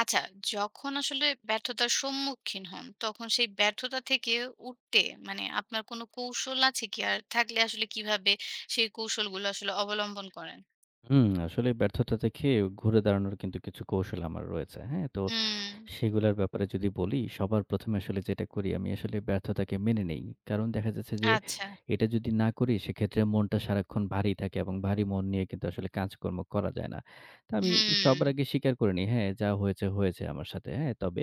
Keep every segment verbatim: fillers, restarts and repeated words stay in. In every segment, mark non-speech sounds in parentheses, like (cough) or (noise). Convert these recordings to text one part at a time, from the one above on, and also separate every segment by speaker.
Speaker 1: আচ্ছা, যখন আসলে ব্যর্থতার সম্মুখীন হন তখন সেই ব্যর্থতা থেকে উঠতে মানে আপনার কোনো কৌশল আছে কি, আর থাকলে আসলে কিভাবে সেই কৌশলগুলো আসলে অবলম্বন করেন?
Speaker 2: হুম, আসলে ব্যর্থতা থেকে ঘুরে দাঁড়ানোর কিন্তু কিছু কৌশল আমার রয়েছে। হ্যাঁ? তো
Speaker 1: হুম।
Speaker 2: সেগুলার ব্যাপারে যদি বলি, সবার ১ম এ আসলে যেটা করি আমি আসলে ব্যর্থতাকে মেনে নেই। কারণ দেখা যাচ্ছে যে
Speaker 1: আচ্ছা।
Speaker 2: এটা যদি না করি সেক্ষেত্রে মনটা সারাক্ষণ ভারী থাকে এবং ভারী মন নিয়ে কিন্তু আসলে কাজকর্ম করা যায় না। তো আমি
Speaker 1: হুম।
Speaker 2: সবার আগে স্বীকার করে নিই, হ্যাঁ, যা হয়েছে, হয়েছে আমার সাথে। হ্যাঁ? তবে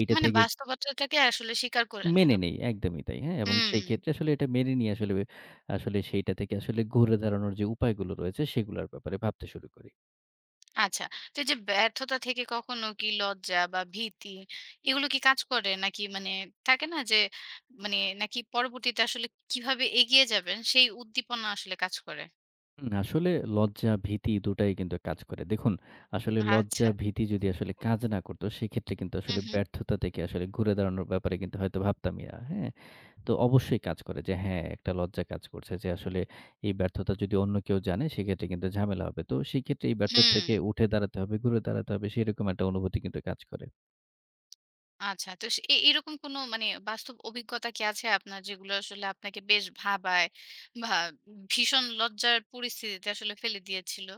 Speaker 2: এইটা
Speaker 1: মানে
Speaker 2: থেকে
Speaker 1: বাস্তবতাটাকে আসলে স্বীকার করে নেন
Speaker 2: মেনে
Speaker 1: আপ-
Speaker 2: নেই, একদমই তাই। হ্যাঁ? এবং
Speaker 1: হুম।
Speaker 2: সেই ক্ষেত্রে আসলে এটা মেনে নিয়ে আসলে, আসলে সেইটা থেকে আসলে ঘুরে দাঁড়ানোর যে উপায়গুলো রয়েছে সেগুলার ব্যাপারে ভাবতে শুরু করি।
Speaker 1: আচ্ছা। তো এই যে ব্যর্থতা থেকে কখনো কি লজ্জা বা ভীতি এগুলো কি কাজ করে নাকি মানে থাকে না যে মানে নাকি পরবর্তীতে আসলে কিভাবে এগিয়ে যাবেন, সেই উদ্দীপনা আসলে কাজ করে?
Speaker 2: হুম, আসলে লজ্জা, ভীতি দুটাই কিন্তু কাজ করে। দেখুন, আসলে লজ্জা,
Speaker 1: আচ্ছা।
Speaker 2: ভীতি যদি আসলে কাজ না করত, সেক্ষেত্রে কিন্তু
Speaker 1: হুম,
Speaker 2: আসলে
Speaker 1: হুম।
Speaker 2: ব্যর্থতা থেকে আসলে ঘুরে দাঁড়ানোর ব্যাপারে কিন্তু হয়তো ভাবতামই না। হ্যাঁ? তো অবশ্যই কাজ করে যে হ্যাঁ, একটা লজ্জা কাজ করছে যে আসলে এই ব্যর্থতা যদি অন্য কেউ জানে, সেক্ষেত্রে কিন্তু ঝামেলা হবে। তো সেক্ষেত্রে এই ব্যর্থতা
Speaker 1: হুম,
Speaker 2: থেকে উঠে দাঁড়াতে হবে, ঘুরে দাঁড়াতে হবে, সেরকম একটা অনুভূতি কিন্তু কাজ করে।
Speaker 1: আচ্ছা। তো সে এ এরকম কোনো মানে বাস্তব অভিজ্ঞতা কি আছে আপনার, যেগুলো আসলে আপনাকে বেশ ভাবায় বা ভীষণ লজ্জার পরিস্থিতিতে আসলে ফেলে দিয়েছিল?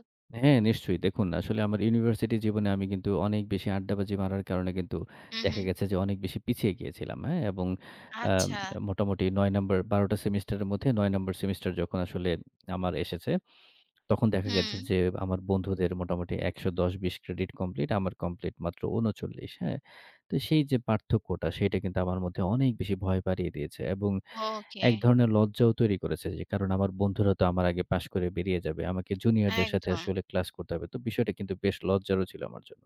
Speaker 2: হ্যাঁ, নিশ্চয়ই। দেখুন, আসলে আমার ইউনিভার্সিটি জীবনে আমি কিন্তু অনেক বেশি আড্ডাবাজি মারার কারণে কিন্তু
Speaker 1: হু, হু।
Speaker 2: দেখা গেছে যে অনেক বেশি পিছিয়ে গিয়েছিলাম। হ্যাঁ? এবং আ
Speaker 1: আচ্ছা।
Speaker 2: মোটামুটি নয় নাম্বার বারো টা সেমিস্টারের মধ্যে নয় নাম্বার সেমিস্টার যখন আসলে আমার এসেছে, তখন দেখা
Speaker 1: হুম।
Speaker 2: গেছে যে আমার বন্ধুদের মোটামুটি একশ দশ থেকে কুড়ি ক্রেডিট কমপ্লিট, আমার কমপ্লিট মাত্র ঊনচল্লিশ। হ্যাঁ? তো সেই যে পার্থক্যটা, সেইটা কিন্তু আমার মধ্যে অনেক বেশি ভয় বাড়িয়ে দিয়েছে এবং
Speaker 1: ওকে।
Speaker 2: এক ধরনের লজ্জাও তৈরি করেছে যে কারণ আমার বন্ধুরা তো আমার আগে পাশ করে বেরিয়ে যাবে। আমাকে জুনিয়রদের সাথে
Speaker 1: একদম।
Speaker 2: আসলে ক্লাস করতে হবে। তো বিষয়টা কিন্তু বেশ লজ্জারও ছিল আমার জন্য।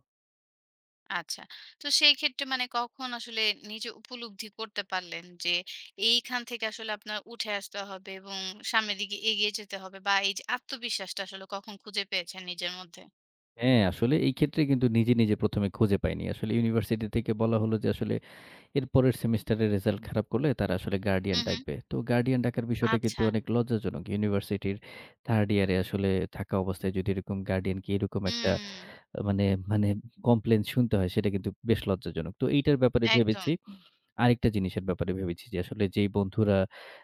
Speaker 1: আচ্ছা। তো সেই ক্ষেত্রে মানে কখন আসলে নিজে উপলব্ধি করতে পারলেন যে এইখান থেকে আসলে আপনার উঠে আসতে হবে এবং সামনের দিকে এগিয়ে যেতে হবে, বা এই যে আত্মবিশ্বাসটা আসলে কখন খুঁজে পেয়েছেন নিজের মধ্যে?
Speaker 2: হ্যাঁ, আসলে এই ক্ষেত্রে কিন্তু নিজে, নিজে ১ম এ খুঁজে পাইনি। আসলে ইউনিভার্সিটি থেকে বলা হলো যে আসলে এর পরের সেমেস্টারের রেজাল্ট খারাপ করলে তারা আসলে
Speaker 1: হু,
Speaker 2: গার্ডিয়ান
Speaker 1: হু।
Speaker 2: ডাকবে। তো গার্ডিয়ান ডাকার বিষয়টা কিন্তু
Speaker 1: আচ্ছা।
Speaker 2: অনেক লজ্জাজনক। ইউনিভার্সিটির থার্ড ইয়ারে আসলে থাকা অবস্থায় যদি এরকম গার্ডিয়ানকে এরকম একটা
Speaker 1: হুম,
Speaker 2: আ মানে, মানে কমপ্লেইন শুনতে হয় সেটা কিন্তু বেশ লজ্জাজনক। তো এইটার ব্যাপারে
Speaker 1: একদম।
Speaker 2: ভেবেছি আরেকটা জিনিসের ব্যাপারে ভেবেছি যে আসলে যেই বন্ধুরা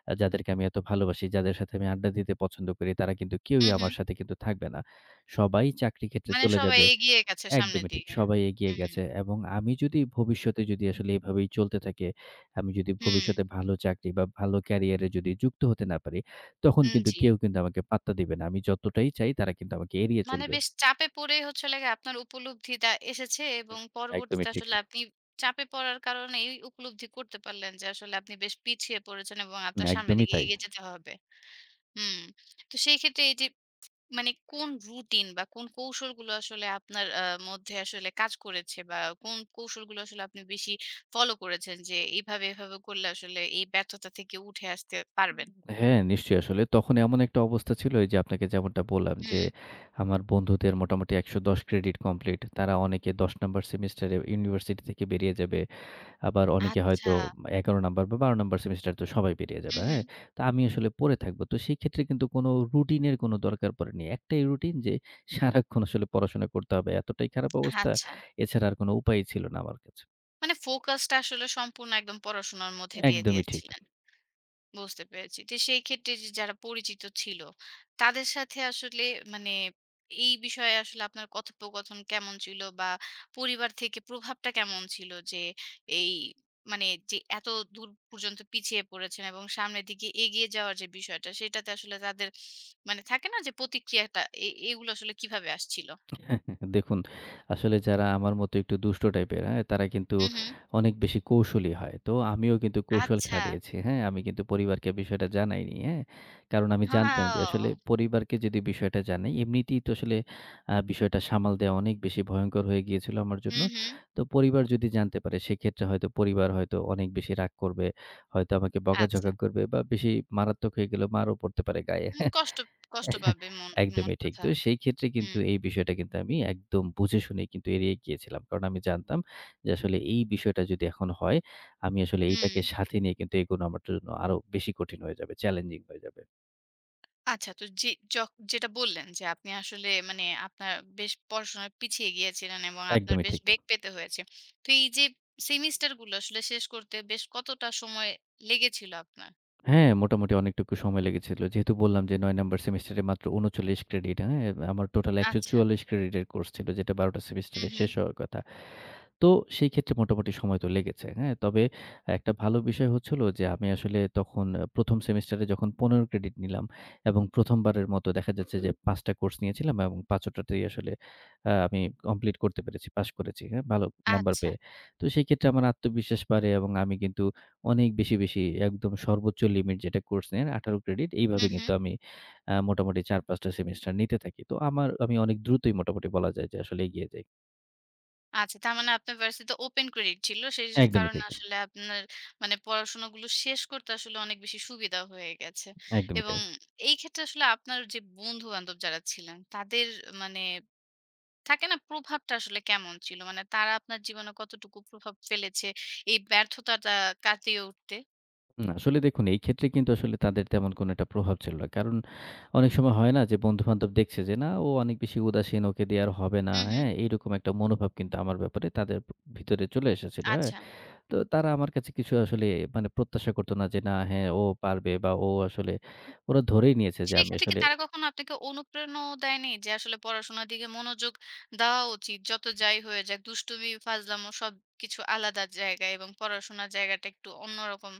Speaker 2: আ যাদেরকে আমি এত ভালোবাসি, যাদের সাথে আমি আড্ডা দিতে পছন্দ করি, তারা কিন্তু কেউই
Speaker 1: হু, হু।
Speaker 2: আমার সাথে কিন্তু থাকবে না। সবাই চাকরি ক্ষেত্রে
Speaker 1: মানে
Speaker 2: চলে
Speaker 1: সবাই
Speaker 2: যাবে
Speaker 1: এগিয়ে গেছে সামনের
Speaker 2: একদমই ঠিক।
Speaker 1: দিকে।
Speaker 2: সবাই এগিয়ে
Speaker 1: হুম,
Speaker 2: গেছে এবং আমি যদি ভবিষ্যতে যদি আসলে এভাবেই চলতে থাকে, আমি যদি
Speaker 1: হুম,
Speaker 2: ভবিষ্যতে ভালো চাকরি বা ভালো ক্যারিয়ারে যদি যুক্ত হতে না পারি, তখন
Speaker 1: হুম,
Speaker 2: কিন্তু
Speaker 1: জি।
Speaker 2: কেউ কিন্তু আমাকে পাত্তা দিবে না। আমি যতটাই চাই তারা কিন্তু আমাকে এড়িয়ে
Speaker 1: মানে
Speaker 2: চলবে।
Speaker 1: বেশ চাপে পড়েই হচ্ছে হলো গিয়ে আপনার উপলব্ধিটা এসেছে এবং
Speaker 2: হুম,
Speaker 1: পরবর্তীতে
Speaker 2: একদমই ঠিক।
Speaker 1: আসলে আপনি চাপে পড়ার কারণে এই উপলব্ধি করতে পারলেন যে আসলে আপনি বেশ পিছিয়ে পড়েছেন এবং
Speaker 2: হুম,
Speaker 1: আপনার সামনের
Speaker 2: একদমই
Speaker 1: দিকে
Speaker 2: তাই।
Speaker 1: এগিয়ে যেতে হবে। হুম। তো সেই ক্ষেত্রে এই যে মানে কোন রুটিন বা কোন কৌশলগুলো আসলে আপনার আ মধ্যে আসলে কাজ করেছে, বা কোন কৌশলগুলো আসলে আপনি বেশি ফলো করেছেন যে এইভাবে, এভাবে করলে আসলে এই ব্যর্থতা থেকে উঠে আসতে পারবেন?
Speaker 2: হ্যাঁ, নিশ্চয়ই আসলে তখন এমন একটা অবস্থা ছিল এইযে আপনাকে যেমনটা বললাম যে,
Speaker 1: হুম।
Speaker 2: আমার বন্ধুদের মোটামুটি একশ দশ ক্রেডিট কমপ্লিট। তারা অনেকে দশ নাম্বার সেমেস্টারে ইউনিভার্সিটি থেকে বেরিয়ে যাবে। আবার অনেকে হয়তো
Speaker 1: আচ্ছা।
Speaker 2: এগারো নাম্বার বা বারো নাম্বার সেমেস্টারে তো সবাই বেরিয়ে যাবে,
Speaker 1: হুম, হুম।
Speaker 2: হ্যাঁ? তো আমি আসলে পড়ে থাকবো। তো সেই ক্ষেত্রে কিন্তু কোনো রুটিনের কোনো দরকার পড়েনি। একটাই রুটিন যে সারাক্ষণ আসলে পড়াশোনা করতে হবে। এতটাই খারাপ অবস্থা,
Speaker 1: আচ্ছা।
Speaker 2: এছাড়া আর কোনো উপায়ই ছিল না আমার কাছে।
Speaker 1: মানে ফোকাসটা আসলে সম্পূর্ণ একদম পড়াশোনার মধ্যে দিয়ে
Speaker 2: একদমই ঠিক।
Speaker 1: দিয়েছিলেন। বুঝতে পেরেছি। তো সেই ক্ষেত্রে যে যারা পরিচিত ছিল, তাদের সাথে আসলে মানে এই বিষয়ে আসলে আপনার কথোপকথন কেমন ছিল? বা পরিবার থেকে প্রভাবটা কেমন ছিল? যে এই মানে যে এত দূর পর্যন্ত পিছিয়ে পড়েছেন এবং সামনের দিকে এগিয়ে যাওয়ার যে বিষয়টা, সেটাতে আসলে তাদের মানে থাকে না যে প্রতিক্রিয়াটা, এ এগুলো আসলে কিভাবে আসছিল?
Speaker 2: দেখুন, আসলে যারা আমার মতো একটু দুষ্ট টাইপের, হ্যাঁ? তারা কিন্তু
Speaker 1: হুম, হুম।
Speaker 2: অনেক বেশি কৌশলী হয়। তো আমিও কিন্তু কৌশল
Speaker 1: আচ্ছা।
Speaker 2: খাটিয়েছি, হ্যাঁ? আমি কিন্তু পরিবারকে বিষয়টা জানাইনি, হ্যাঁ? কারণ আমি জানতাম যে
Speaker 1: ওয়াও!
Speaker 2: আসলে পরিবারকে যদি বিষয়টা জানাই, এমনিতেই তো আসলে আ বিষয়টা সামাল দেওয়া অনেক বেশি ভয়ংকর হয়ে গিয়েছিল আমার জন্য।
Speaker 1: হুম, হুম।
Speaker 2: তো পরিবার যদি জানতে পারে সেক্ষেত্রে হয়তো পরিবার হয়তো অনেক বেশি রাগ করবে, হয়তো আমাকে
Speaker 1: আচ্ছা।
Speaker 2: বকাঝকা করবে বা বেশি মারাত্মক হয়ে গেলেও মারও পড়তে পারে গায়ে।
Speaker 1: উম, কষ্ট, কষ্ট পাবে মন। মন
Speaker 2: একদমই ঠিক।
Speaker 1: কথা।
Speaker 2: তো সেই ক্ষেত্রে
Speaker 1: হুম,
Speaker 2: কিন্তু এই বিষয়টা কিন্তু আমি একদম বুঝে শুনেই কিন্তু এড়িয়ে গিয়েছিলাম। কারণ আমি জানতাম যে আসলে এই বিষয়টা যদি এখন হয়, আমি আসলে
Speaker 1: হুম।
Speaker 2: এইটাকে সাথে নিয়ে কিন্তু এগোনো আমার জন্য আরো বেশি কঠিন হয়ে যাবে, চ্যালেঞ্জিং হয়ে যাবে।
Speaker 1: আচ্ছা। তো যে যখ যেটা বললেন যে আপনি আসলে মানে আপনার বেশ পড়াশোনায় পিছিয়ে গিয়েছিলেন এবং আপনার
Speaker 2: একদমই
Speaker 1: বেশ
Speaker 2: ঠিক।
Speaker 1: বেগ পেতে হয়েছে। তো এই যে সেমিস্টার গুলো আসলে শেষ করতে বেশ কতটা সময় লেগেছিল আপনার?
Speaker 2: হ্যাঁ, মোটামুটি অনেকটুকু সময় লেগেছিল। যেহেতু বললাম যে নয় নাম্বার সেমেস্টারে মাত্র ঊনচল্লিশ ক্রেডিট, হ্যাঁ? আমার টোটাল
Speaker 1: আচ্ছা।
Speaker 2: একশ চুয়াল্লিশ ক্রেডিটের কোর্স ছিল যেটা বারো টা
Speaker 1: হুম,
Speaker 2: সেমেস্টারে
Speaker 1: হুম।
Speaker 2: শেষ হওয়ার কথা। তো সেই ক্ষেত্রে মোটামুটি সময় তো লেগেছে। হ্যাঁ? তবে একটা ভালো বিষয় হচ্ছিল যে আমি আসলে তখন ১ম সেমেস্টারে যখন পনেরো ক্রেডিট নিলাম এবং ১ম বারের মতো দেখা যাচ্ছে যে পাঁচ টা কোর্স নিয়েছিলাম এবং পাঁচ টাতেই আসলে আ আমি কমপ্লিট করতে পেরেছি, পাস করেছি। হ্যাঁ? ভালো নাম্বার
Speaker 1: আচ্ছা।
Speaker 2: পেয়ে। তো সেই ক্ষেত্রে আমার আত্মবিশ্বাস বাড়ে এবং আমি কিন্তু অনেক বেশি, বেশি একদম সর্বোচ্চ লিমিট যেটা কোর্স নেন আঠারো ক্রেডিট
Speaker 1: হুম,
Speaker 2: এইভাবে
Speaker 1: হুম।
Speaker 2: কিন্তু আমি আ মোটামুটি চার পাঁচ টা সেমেস্টার নিতে থাকি। তো আমার আমি অনেক দ্রুতই মোটামুটি বলা যায় যে আসলে এগিয়ে যাই।
Speaker 1: আচ্ছা, তার মানে আপনার ভার্সিটিতে ওপেন ক্রেডিট ছিল। সেই স
Speaker 2: একদমই
Speaker 1: কারণে
Speaker 2: ঠিক।
Speaker 1: হুম, আসলে আপনার মানে পড়াশোনাগুলো শেষ করতে আসলে অনেক বেশি সুবিধা হয়ে গেছে।
Speaker 2: একদমই
Speaker 1: এবং
Speaker 2: তাই।
Speaker 1: এই ক্ষেত্রে আসলে আপনার যে বন্ধু-বান্ধব যারা ছিলেন, তাদের মানে থাকে না প্রভাবটা আসলে কেমন ছিল? মানে তারা আপনার জীবনে কতটুকু প্রভাব ফেলেছে এই ব্যর্থতাটা কাটিয়ে উঠতে?
Speaker 2: না, আসলে দেখুন এই ক্ষেত্রে কিন্তু আসলে তাদের তেমন কোনো একটা প্রভাব ছিল না। কারণ অনেক সময় হয় না যে বন্ধু-বান্ধব দেখছে যে না ও অনেক বেশি উদাসীন, ওকে দিয়ে আর হবে না,
Speaker 1: হু, হু।
Speaker 2: হ্যাঁ? এইরকম একটা মনোভাব কিন্তু আমার ব্যাপারে তাদের ভিতরে চলে এসেছিল, হ্যাঁ?
Speaker 1: আচ্ছা।
Speaker 2: তো তারা আমার কাছে কিছু আসলে মানে প্রত্যাশা করত না যে না হ্যাঁ ও পারবে বা ও আসলে ওরা ধরেই নিয়েছে যে আমি
Speaker 1: সেক্ষেত্রে কি
Speaker 2: আসলে
Speaker 1: তারা কখনো আপনাকে অনুপ্রেরণাও দেয়নি যে আসলে পড়াশোনার দিকে মনোযোগ দেওয়া উচিত, যত যাই হয়ে যাক দুষ্টুমি ফাজলামো সবকিছু আলাদা জায়গায় এবং পড়াশোনার জায়গাটা একটু অন্যরকম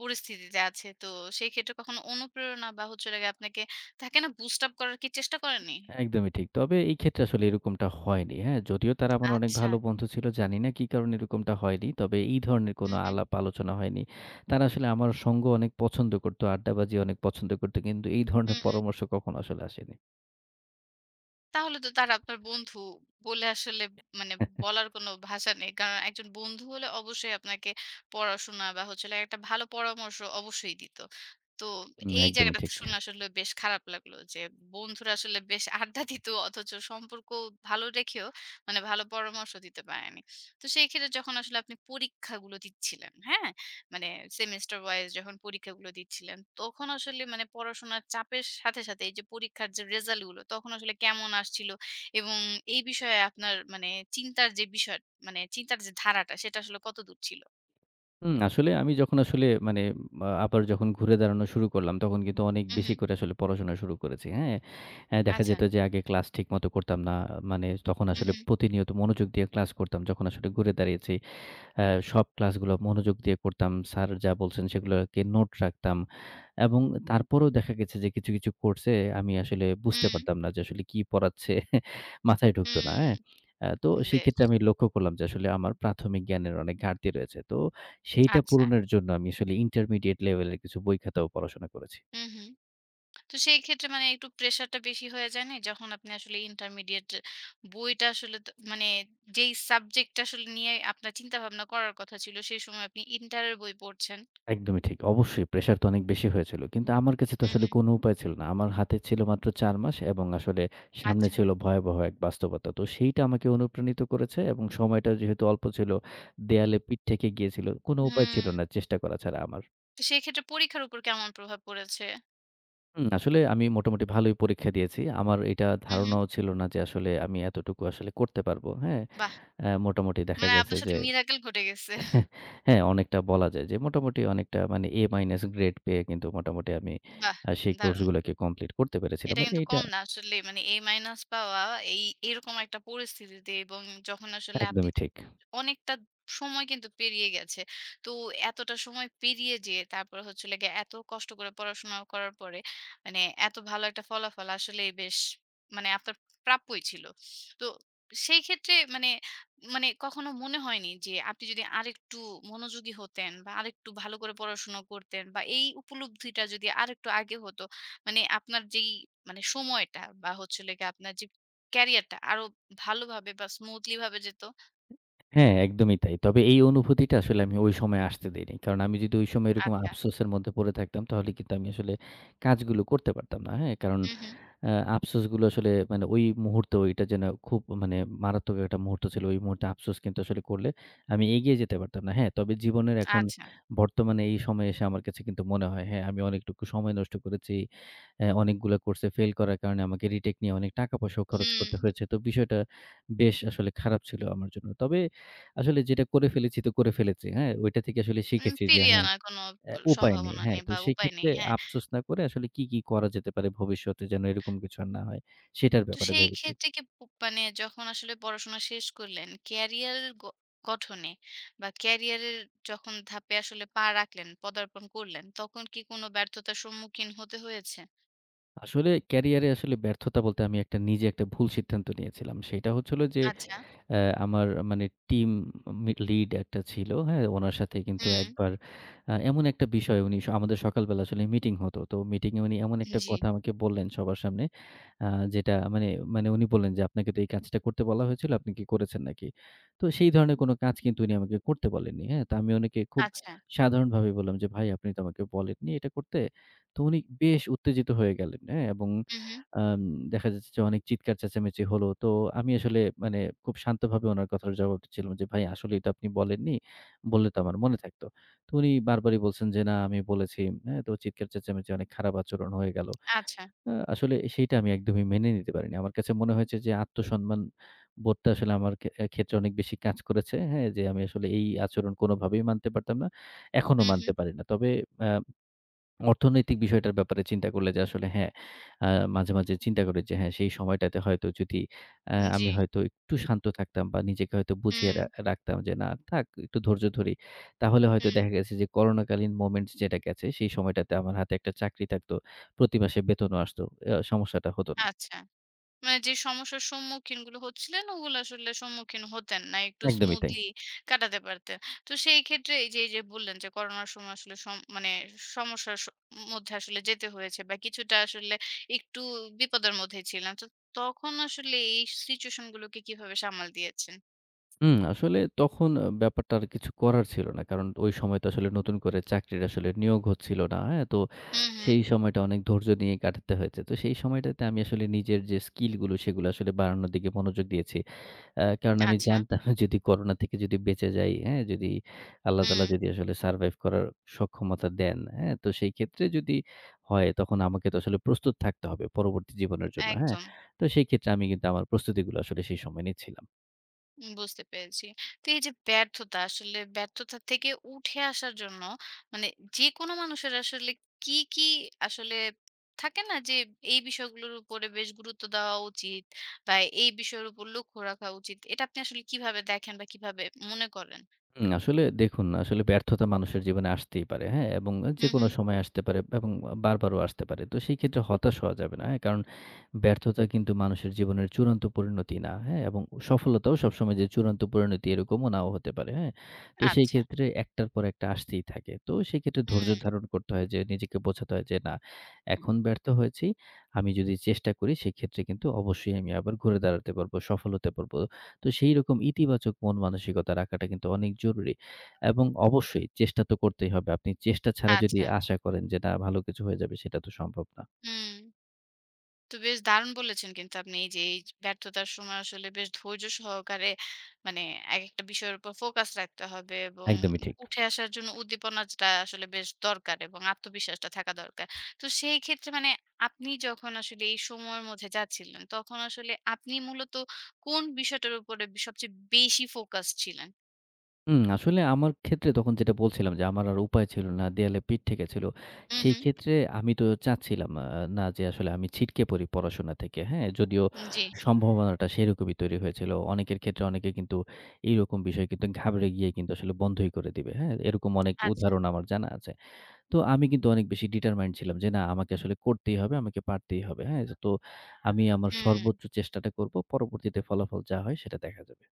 Speaker 1: পরিস্থিতিতে আছে, তো সেই ক্ষেত্রে কখনো অনুপ্রেরণা বা হচ্ছে লাগে আপনাকে থাকে না, বুস্ট আপ করার কি চেষ্টা করেনি?
Speaker 2: একদমই ঠিক। তবে এই ক্ষেত্রে আসলে এরকমটা হয়নি। হ্যাঁ? যদিও তারা আমার অনেক
Speaker 1: আচ্ছা।
Speaker 2: ভালো বন্ধু ছিল। জানি না কি কারণে এরকমটা হয়নি। তবে এই ধরনের কোনো
Speaker 1: হুম, হুম।
Speaker 2: আলাপ আলোচনা হয়নি। তারা আসলে আমার সঙ্গ অনেক পছন্দ করত, আড্ডাবাজি অনেক পছন্দ করত। কিন্তু এই ধরনের
Speaker 1: হুম,
Speaker 2: পরামর্শ কখনো আসলে আসেনি।
Speaker 1: তাহলে তো তারা আপনার বন্ধু বলে আসলে মানে বলার কোনো ভাষা নেই। কারণ একজন বন্ধু হলে অবশ্যই আপনাকে পড়াশোনা বা হচ্ছে হলো একটা ভালো পরামর্শ অবশ্যই দিত। তো
Speaker 2: হুম,
Speaker 1: এই
Speaker 2: একদমই
Speaker 1: জায়গাটাতে
Speaker 2: ঠিক।
Speaker 1: শুনে আসলে বেশ খারাপ লাগলো যে বন্ধুরা আসলে বেশ আড্ডা দিত অথচ সম্পর্ক ভালো রেখেও মানে ভালো পরামর্শ দিতে পারেনি। তো সেই ক্ষেত্রে যখন আসলে আপনি পরীক্ষাগুলো দিচ্ছিলেন, হ্যাঁ? মানে সেমেস্টার ওয়াইজ যখন পরীক্ষাগুলো দিচ্ছিলেন, তখন আসলে মানে পড়াশোনার চাপের সাথে, সাথে এই যে পরীক্ষার যে রেজাল্ট গুলো তখন আসলে কেমন আসছিল? এবং এই বিষয়ে আপনার মানে চিন্তার যে বিষয় মানে চিন্তার যে ধারাটা সেটা আসলে কতদূর ছিল?
Speaker 2: হুম, আসলে আমি যখন আসলে মানে আ আবার যখন ঘুরে দাঁড়ানো শুরু করলাম তখন কিন্তু অনেক
Speaker 1: হু, হু।
Speaker 2: বেশি করে আসলে পড়াশোনা শুরু করেছি। হ্যাঁ? অ্যা দেখা
Speaker 1: আচ্ছা।
Speaker 2: যেত যে আগে ক্লাস ঠিকমতো করতাম না। মানে তখন
Speaker 1: হু,
Speaker 2: আসলে
Speaker 1: হু।
Speaker 2: প্রতিনিয়ত মনোযোগ দিয়ে ক্লাস করতাম যখন আসলে ঘুরে দাঁড়িয়েছি। অ্যা সব ক্লাসগুলো মনোযোগ দিয়ে করতাম। স্যার যা বলছেন সেগুলোকে নোট রাখতাম এবং তারপরেও দেখা গেছে যে কিছু, কিছু কোর্সে আমি আসলে বুঝতে
Speaker 1: হুম,
Speaker 2: পারতাম না যে আসলে কি পড়াচ্ছে (laughs) মাথায় ঢুকতো না,
Speaker 1: হুম,
Speaker 2: হ্যাঁ? আ তো
Speaker 1: বেশ।
Speaker 2: সেক্ষেত্রে আমি লক্ষ্য করলাম যে আসলে আমার প্রাথমিক জ্ঞানের অনেক ঘাটতি রয়েছে। তো সেইটা
Speaker 1: আচ্ছা।
Speaker 2: পূরণের জন্য আমি আসলে ইন্টারমিডিয়েট লেভেলের কিছু বই খাতাও পড়াশোনা করেছি।
Speaker 1: হু, হু। তো সেই ক্ষেত্রে মানে একটু প্রেশারটা বেশি হয়ে যায় না? যখন আপনি আসলে ইন্টারমিডিয়েট বইটা আসলে দ মানে যেই সাবজেক্টটা আসলে নিয়ে আপনার চিন্তাভাবনা করার কথা ছিল, সেই সময় আপনি ইন্টারের বই পড়ছেন।
Speaker 2: একদমই ঠিক। অবশ্যই প্রেশার তো অনেক বেশি হয়েছিল। কিন্তু আমার কাছে তো
Speaker 1: হু,
Speaker 2: আসলে
Speaker 1: হুম।
Speaker 2: কোনো উপায় ছিল না। আমার হাতে ছিল মাত্র চার মাস এবং আসলে সামনে
Speaker 1: আচ্ছা।
Speaker 2: ছিল ভয়াবহ এক বাস্তবতা। তো সেইটা আমাকে অনুপ্রাণিত করেছে এবং সময়টা যেহেতু অল্প ছিল, দেয়ালে পিঠ ঠেকে গিয়েছিল। কোনো উপায় ছিল
Speaker 1: হুম।
Speaker 2: না চেষ্টা করা ছাড়া আমার।
Speaker 1: তো সেই ক্ষেত্রে পরীক্ষার উপর কেমন প্রভাব পড়েছে?
Speaker 2: হুম, আসলে আমি মোটামুটি ভালোই পরীক্ষা দিয়েছি। আমার এটা
Speaker 1: হু, হুম।
Speaker 2: ধারণাও ছিল না যে আসলে আমি এতটুকু আসলে করতে পারব। হ্যাঁ?
Speaker 1: বাহ!
Speaker 2: অ্যা মোটামুটি দেখা
Speaker 1: মানে
Speaker 2: গেছে
Speaker 1: আপনার
Speaker 2: যে
Speaker 1: সাথে মিরাকেল ঘটে গেছে।
Speaker 2: হ্যাঁ, হ্যাঁ, অনেকটা বলা যায় যে মোটামুটি অনেকটা মানে A মাইনাস গ্রেড পেয়ে কিন্তু মোটামুটি আমি
Speaker 1: বাহ!
Speaker 2: আ সেই
Speaker 1: দারুণ।
Speaker 2: কোর্সগুলোকে কমপ্লিট করতে পেরেছিলাম।
Speaker 1: এটা কিন্তু
Speaker 2: এইটা
Speaker 1: কম না, আসলে মানে এ মাইনাস পাওয়া এই এরকম একটা পরিস্থিতিতে, এবং যখন আসলে আপনি
Speaker 2: একদমই ঠিক।
Speaker 1: অনেকটা সময় কিন্তু পেরিয়ে গেছে। তো এতটা সময় পেরিয়ে যেয়ে তারপর হচ্ছে হলো গিয়ে এত কষ্ট করে পড়াশোনা করার পরে মানে এত ভালো একটা ফলাফল আসলেই বেশ মানে আপনার প্রাপ্যই ছিল। তো সেই ক্ষেত্রে মানে, মানে কখনো মনে হয়নি যে আপনি যদি আরেকটু মনোযোগী হতেন বা আরেকটু ভালো করে পড়াশোনা করতেন বা এই উপলব্ধিটা যদি আরেকটু আগে হতো, মানে আপনার যেই মানে সময়টা বা হচ্ছে হলো গিয়ে আপনার যে ক্যারিয়ারটা আরো ভালোভাবে বা স্মুথলি ভাবে যেত।
Speaker 2: হ্যাঁ, একদমই তাই। তবে এই অনুভূতিটা আসলে আমি ওই সময় আসতে দেইনি। কারণ আমি যদি ওই সময় এরকম
Speaker 1: আচ্ছা।
Speaker 2: আফসোসের মধ্যে পড়ে থাকতাম তাহলে কিন্তু আমি আসলে কাজগুলো করতে পারতাম না। হ্যাঁ? কারণ
Speaker 1: হুম, হুম।
Speaker 2: আ আফসোসগুলো আসলে মানে ওই মুহূর্তে ওইটা যেন খুব মানে মারাত্মক একটা মুহূর্ত ছিল। ওই মুহূর্তে আফসোস কিন্তু আসলে করলে আমি এগিয়ে যেতে পারতাম না। হ্যাঁ, তবে জীবনের এখন
Speaker 1: আচ্ছা।
Speaker 2: বর্তমানে এই সময়ে এসে আমার কাছে কিন্তু মনে হয়, হ্যাঁ, আমি অনেকটুকু সময় নষ্ট করেছি। অ্যা অনেকগুলা কোর্সে ফেইল করার কারণে আমাকে রিটেক নিয়ে অনেক টাকা পয়সাও খরচ
Speaker 1: হুম।
Speaker 2: করতে হয়েছে। তো বিষয়টা বেশ আসলে খারাপ ছিল আমার জন্য। তবে আসলে যেটা করে ফেলেছি তো করে ফেলেছি। হ্যাঁ, ওইটা থেকে আসলে
Speaker 1: উম,
Speaker 2: শিখেছি যে
Speaker 1: ফিরিয়ে
Speaker 2: হ্যাঁ
Speaker 1: আনার কোনো প
Speaker 2: অ্যা উপায় নেই।
Speaker 1: সম্ভাবনা
Speaker 2: হ্যাঁ,
Speaker 1: নেই
Speaker 2: তো
Speaker 1: বা উপায় নেই।
Speaker 2: সেক্ষেত্রে
Speaker 1: হ্যাঁ।
Speaker 2: আফসোস না করে আসলে কি, কি করা যেতে পারে ভবিষ্যতে যেন এরকম কিছু আর না হয়,
Speaker 1: উম,
Speaker 2: সেটার
Speaker 1: তো
Speaker 2: ব্যাপারে
Speaker 1: সেই
Speaker 2: ভেবেছি।
Speaker 1: ক্ষেত্রে কি প মানে যখন আসলে পড়াশোনা শেষ করলেন, ক্যারিয়ার গ গঠনে বা ক্যারিয়ারের যখন ধাপে আসলে পা রাখলেন, পদার্পণ করলেন, তখন কি কোনো ব্যর্থতার সম্মুখীন হতে হয়েছে?
Speaker 2: আসলে ক্যারিয়ারে আসলে ব্যর্থতা বলতে আমি একটা নিজে একটা ভুল সিদ্ধান্ত নিয়েছিলাম। সেটা হচ্ছে হলো যে
Speaker 1: আচ্ছা।
Speaker 2: অ্যা আমার মানে টিম মি লিড একটা ছিল, হ্যাঁ? উনার সাথে কিন্তু
Speaker 1: হুম।
Speaker 2: একবার আ এমন একটা বিষয় উনি স আমাদের সকালবেলা আসলে মিটিং হতো। তো মিটিং এ উনি এমন একটা
Speaker 1: জি।
Speaker 2: কথা আমাকে বললেন সবার সামনে আ যেটা মানে মানে উনি বললেন যে, "আপনাকে তো এই কাজটা করতে বলা হয়েছিল, আপনি কি করেছেন নাকি?" তো সেই ধরনের কোনো কাজ কিন্তু উনি আমাকে করতে বলেননি, হ্যাঁ? তো আমি উনাকে খুব
Speaker 1: আচ্ছা।
Speaker 2: সাধারণভাবে বললাম যে, "ভাই আপনি তো আমাকে বলেননি এটা করতে।" তো উনি বেশ উত্তেজিত হয়ে গেলেন, হ্যাঁ? এবং
Speaker 1: হুম, হুম।
Speaker 2: আম দেখা যাচ্ছে যে অনেক চিৎকার চেঁচামেচি হলো। তো আমি আসলে মানে খুব শান্তভাবে উনার কথার জবাব দিচ্ছিলাম যে, "ভাই আসলে এটা আপনি বলেননি। বললে তো আমার মনে থাকতো।" তো উনি বারবারই বলছেন যে, "না আমি বলেছি।" হ্যাঁ? তো চিৎকার চেঁচামেচি অনেক খারাপ আচরণ হয়ে গেল।
Speaker 1: আচ্ছা।
Speaker 2: আ আসলে সেইটা আমি একদমই মেনে নিতে পারিনি। আমার কাছে মনে হয়েছে যে আত্মসম্মান বোধটা আসলে আমার খে অ্যা ক্ষেত্রে অনেক বেশি কাজ করেছে। হ্যাঁ? যে আমি আসলে এই আচরণ কোনোভাবেই মানতে পারতাম না। এখনো
Speaker 1: হুম, হুম।
Speaker 2: মানতে পারি না। তবে আ অর্থনৈতিক বিষয়টার ব্যাপারে চিন্তা করলে যে আসলে হ্যাঁ, আ মাঝে, মাঝে চিন্তা করি যে হ্যাঁ, সেই সময়টাতে হয়তো যদি আ
Speaker 1: জি।
Speaker 2: আমি হয়তো একটু শান্ত থাকতাম বা নিজেকে হয়তো বুঝিয়ে
Speaker 1: হুম,
Speaker 2: রা রাখতাম যে না থাক একটু ধৈর্য ধরি। তাহলে হয়তো
Speaker 1: হুম।
Speaker 2: দেখা গেছে যে করোনাকালীন মোমেন্টস যেটা গেছে সেই সময়টাতে আমার হাতে একটা চাকরি থাকতো। প্রতি মাসে বেতনও আসতো। আ সমস্যাটা হতো না।
Speaker 1: আচ্ছা। মানে যে সমস্যার সম্মুখীন গুলো হচ্ছিলেন ওগুলো আসলে সম্মুখীন হতেন না। একটু
Speaker 2: একদমই তাই।
Speaker 1: স্মুথলি কাটাতে পারতেন। তো সেই ক্ষেত্রে এই যে, এই যে বললেন যে করোনার সময় আসলে সম মানে সমস্যার স মধ্যে আসলে যেতে হয়েছে বা কিছুটা আসলে একটু বিপদের মধ্যেই ছিলেন। তো তখন আসলে এই সিচুয়েশন গুলোকে কিভাবে সামাল দিয়েছেন?
Speaker 2: হুম, আসলে তখন আ ব্যাপারটা আর কিছু করার ছিল না। কারণ ওই সময় তো আসলে নতুন করে চাকরির আসলে নিয়োগ হচ্ছিল না। হ্যাঁ? তো
Speaker 1: হুম, হুম।
Speaker 2: সেই সময়টা অনেক ধৈর্য নিয়ে কাটাতে হয়েছে। তো সেই সময়টাতে আমি আসলে নিজের যে স্কিল গুলো সেগুলো আসলে বাড়ানোর দিকে মনোযোগ দিয়েছি। আ কারণ আমি
Speaker 1: আচ্ছা।
Speaker 2: জানতাম (laughs) যদি করোনা থেকে যদি বেঁচে যাই, হ্যাঁ? যদি আল্লাহ তাআলা
Speaker 1: হুম,
Speaker 2: যদি আসলে সারভাইভ করার সক্ষমতা দেন, হ্যাঁ? তো সেই ক্ষেত্রে যদি হয় তখন আমাকে তো আসলে প্রস্তুত থাকতে হবে পরবর্তী জীবনের জন্য। হ্যাঁ?
Speaker 1: একদম।
Speaker 2: তো সেই ক্ষেত্রে আমি কিন্তু আমার প্রস্তুতিগুলো আসলে সেই সময় নিচ্ছিলাম।
Speaker 1: উম, বুঝতে পেরেছি। তো এই যে ব্যর্থতা আসলে ব্যর্থতা থেকে উঠে আসার জন্য মানে যেকোনো মানুষের আসলে কি, কি আসলে থাকে না যে এই বিষয়গুলোর উপরে বেশ গুরুত্ব দেওয়া উচিত, বা এই বিষয়ের উপর লক্ষ্য রাখা উচিত। এটা আপনি আসলে কিভাবে দেখেন বা কিভাবে মনে করেন?
Speaker 2: হুম, আসলে দেখুন, আসলে ব্যর্থতা মানুষের জীবনে আসতেই পারে, হ্যাঁ? এবং
Speaker 1: হুম,
Speaker 2: যেকোনো
Speaker 1: হুম।
Speaker 2: সময় আসতে পারে এবং বারবারও আসতে পারে। তো সেই ক্ষেত্রে হতাশ হওয়া যাবে না, হ্যাঁ? কারণ ব্যর্থতা কিন্তু মানুষের জীবনের চূড়ান্ত পরিণতি না, হ্যাঁ? এবং সফলতাও সবসময় যে চূড়ান্ত পরিণতি এরকমও নাও হতে পারে, হ্যাঁ? তো সেই
Speaker 1: আচ্ছা।
Speaker 2: ক্ষেত্রে একটার পর একটা আসতেই থাকে। তো সেই ক্ষেত্রে ধৈর্য
Speaker 1: হুম,
Speaker 2: ধারণ করতে হয় যে নিজেকে বোঝাতে হয় যে, "না, এখন ব্যর্থ হয়েছি। আমি যদি চেষ্টা করি সেক্ষেত্রে কিন্তু অবশ্যই আমি আবার ঘুরে দাঁড়াতে পারবো, সফল হতে পারবো।" তো সেইরকম ইতিবাচক মন মানসিকতা রাখাটা কিন্তু অনেক জরুরি এবং অবশ্যই চেষ্টা তো করতেই হবে। আপনি চেষ্টা ছাড়া যদি
Speaker 1: আচ্ছা।
Speaker 2: আশা করেন যে না ভালো কিছু হয়ে যাবে সেটা তো সম্ভব না।
Speaker 1: হুম। তো বেশ দারুণ বলেছেন কিন্তু আপনি এই যে এই ব্যর্থতার সময় আসলে বেশ ধৈর্য সহকারে মানে এক একটা বিষয়ের উপর ফোকাস রাখতে হবে এবং
Speaker 2: একদমই ঠিক।
Speaker 1: উঠে আসার জন্য উদ্দীপনাটা আসলে বেশ দরকার এবং আত্মবিশ্বাসটা থাকা দরকার। তো সেই ক্ষেত্রে মানে আপনি যখন আসলে এই সময়ের মধ্যে যাচ্ছিলেন তখন আসলে আপনি মূলত কোন বিষয়টার উপরে সবচেয়ে বেশি ফোকাস ছিলেন?
Speaker 2: হুম, আসলে আমার ক্ষেত্রে তখন যেটা বলছিলাম যে আমার আর উপায় ছিল না। দেয়ালে পিঠ ঠেকেছিল।
Speaker 1: হুম,
Speaker 2: সেই
Speaker 1: হুম।
Speaker 2: ক্ষেত্রে আমি তো চাচ্ছিলাম আ না যে আসলে আমি ছিটকে পড়ি পড়াশোনা থেকে, হ্যাঁ? যদিও
Speaker 1: জি।
Speaker 2: সম্ভাবনাটা সেরকমই তৈরি হয়েছিল। অনেকের ক্ষেত্রে অনেকে কিন্তু এইরকম বিষয় কিন্তু ঘাবড়ে গিয়ে কিন্তু আসলে বন্ধই করে দিবে, হ্যাঁ? এরকম অনেক
Speaker 1: আচ্ছা।
Speaker 2: উদাহরণ আমার জানা আছে। তো আমি কিন্তু অনেক বেশি ডিটারমাইন্ড ছিলাম যে, না আমাকে আসলে করতেই হবে, আমাকে পারতেই হবে। হ্যাঁ? তো আমি আমার
Speaker 1: হুম।
Speaker 2: সর্বোচ্চ চেষ্টাটা করব। পরবর্তীতে ফলাফল যা হয় সেটা দেখা যাবে।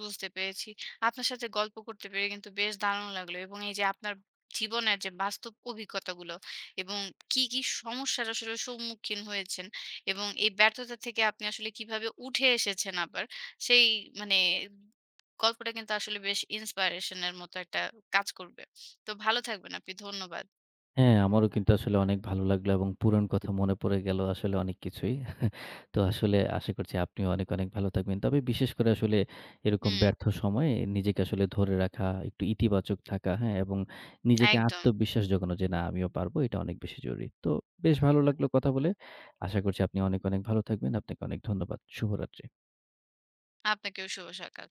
Speaker 1: বুঝতে পেরেছি। আপনার সাথে গল্প করতে পেরে কিন্তু বেশ দারুণ লাগলো এবং এই যে আপনার জীবনের যে বাস্তব অভিজ্ঞতাগুলো এবং কি, কি সমস্যার আসলে সম্মুখীন হয়েছেন এবং এই ব্যর্থতা থেকে আপনি আসলে কিভাবে উঠে এসেছেন আবার, সেই মানে গল্পটা কিন্তু আসলে বেশ inspiration এর মতো একটা কাজ করবে। তো ভালো থাকবেন আপনি। ধন্যবাদ।
Speaker 2: হ্যাঁ, আমারও কিন্তু আসলে অনেক ভালো লাগলো এবং পুরান কথা মনে পড়ে গেল আসলে অনেক কিছুই। তো আসলে আশা করছি আপনিও অনেক, অনেক ভালো থাকবেন। তবে বিশেষ করে আসলে এরকম
Speaker 1: হুম,
Speaker 2: ব্যর্থ সময়ে নিজেকে আসলে ধরে রাখা, একটু ইতিবাচক থাকা, হ্যাঁ? এবং নিজেকে
Speaker 1: একদম।
Speaker 2: আত্মবিশ্বাস জোগানো যে, "না, আমিও পারবো।" এটা অনেক বেশি জরুরি। তো বেশ ভালো লাগলো কথা বলে। আশা করছি আপনি অনেক, অনেক ভালো থাকবেন। আপনাকে অনেক ধন্যবাদ। শুভরাত্রি।
Speaker 1: আপনাকেও শুভ সকাল।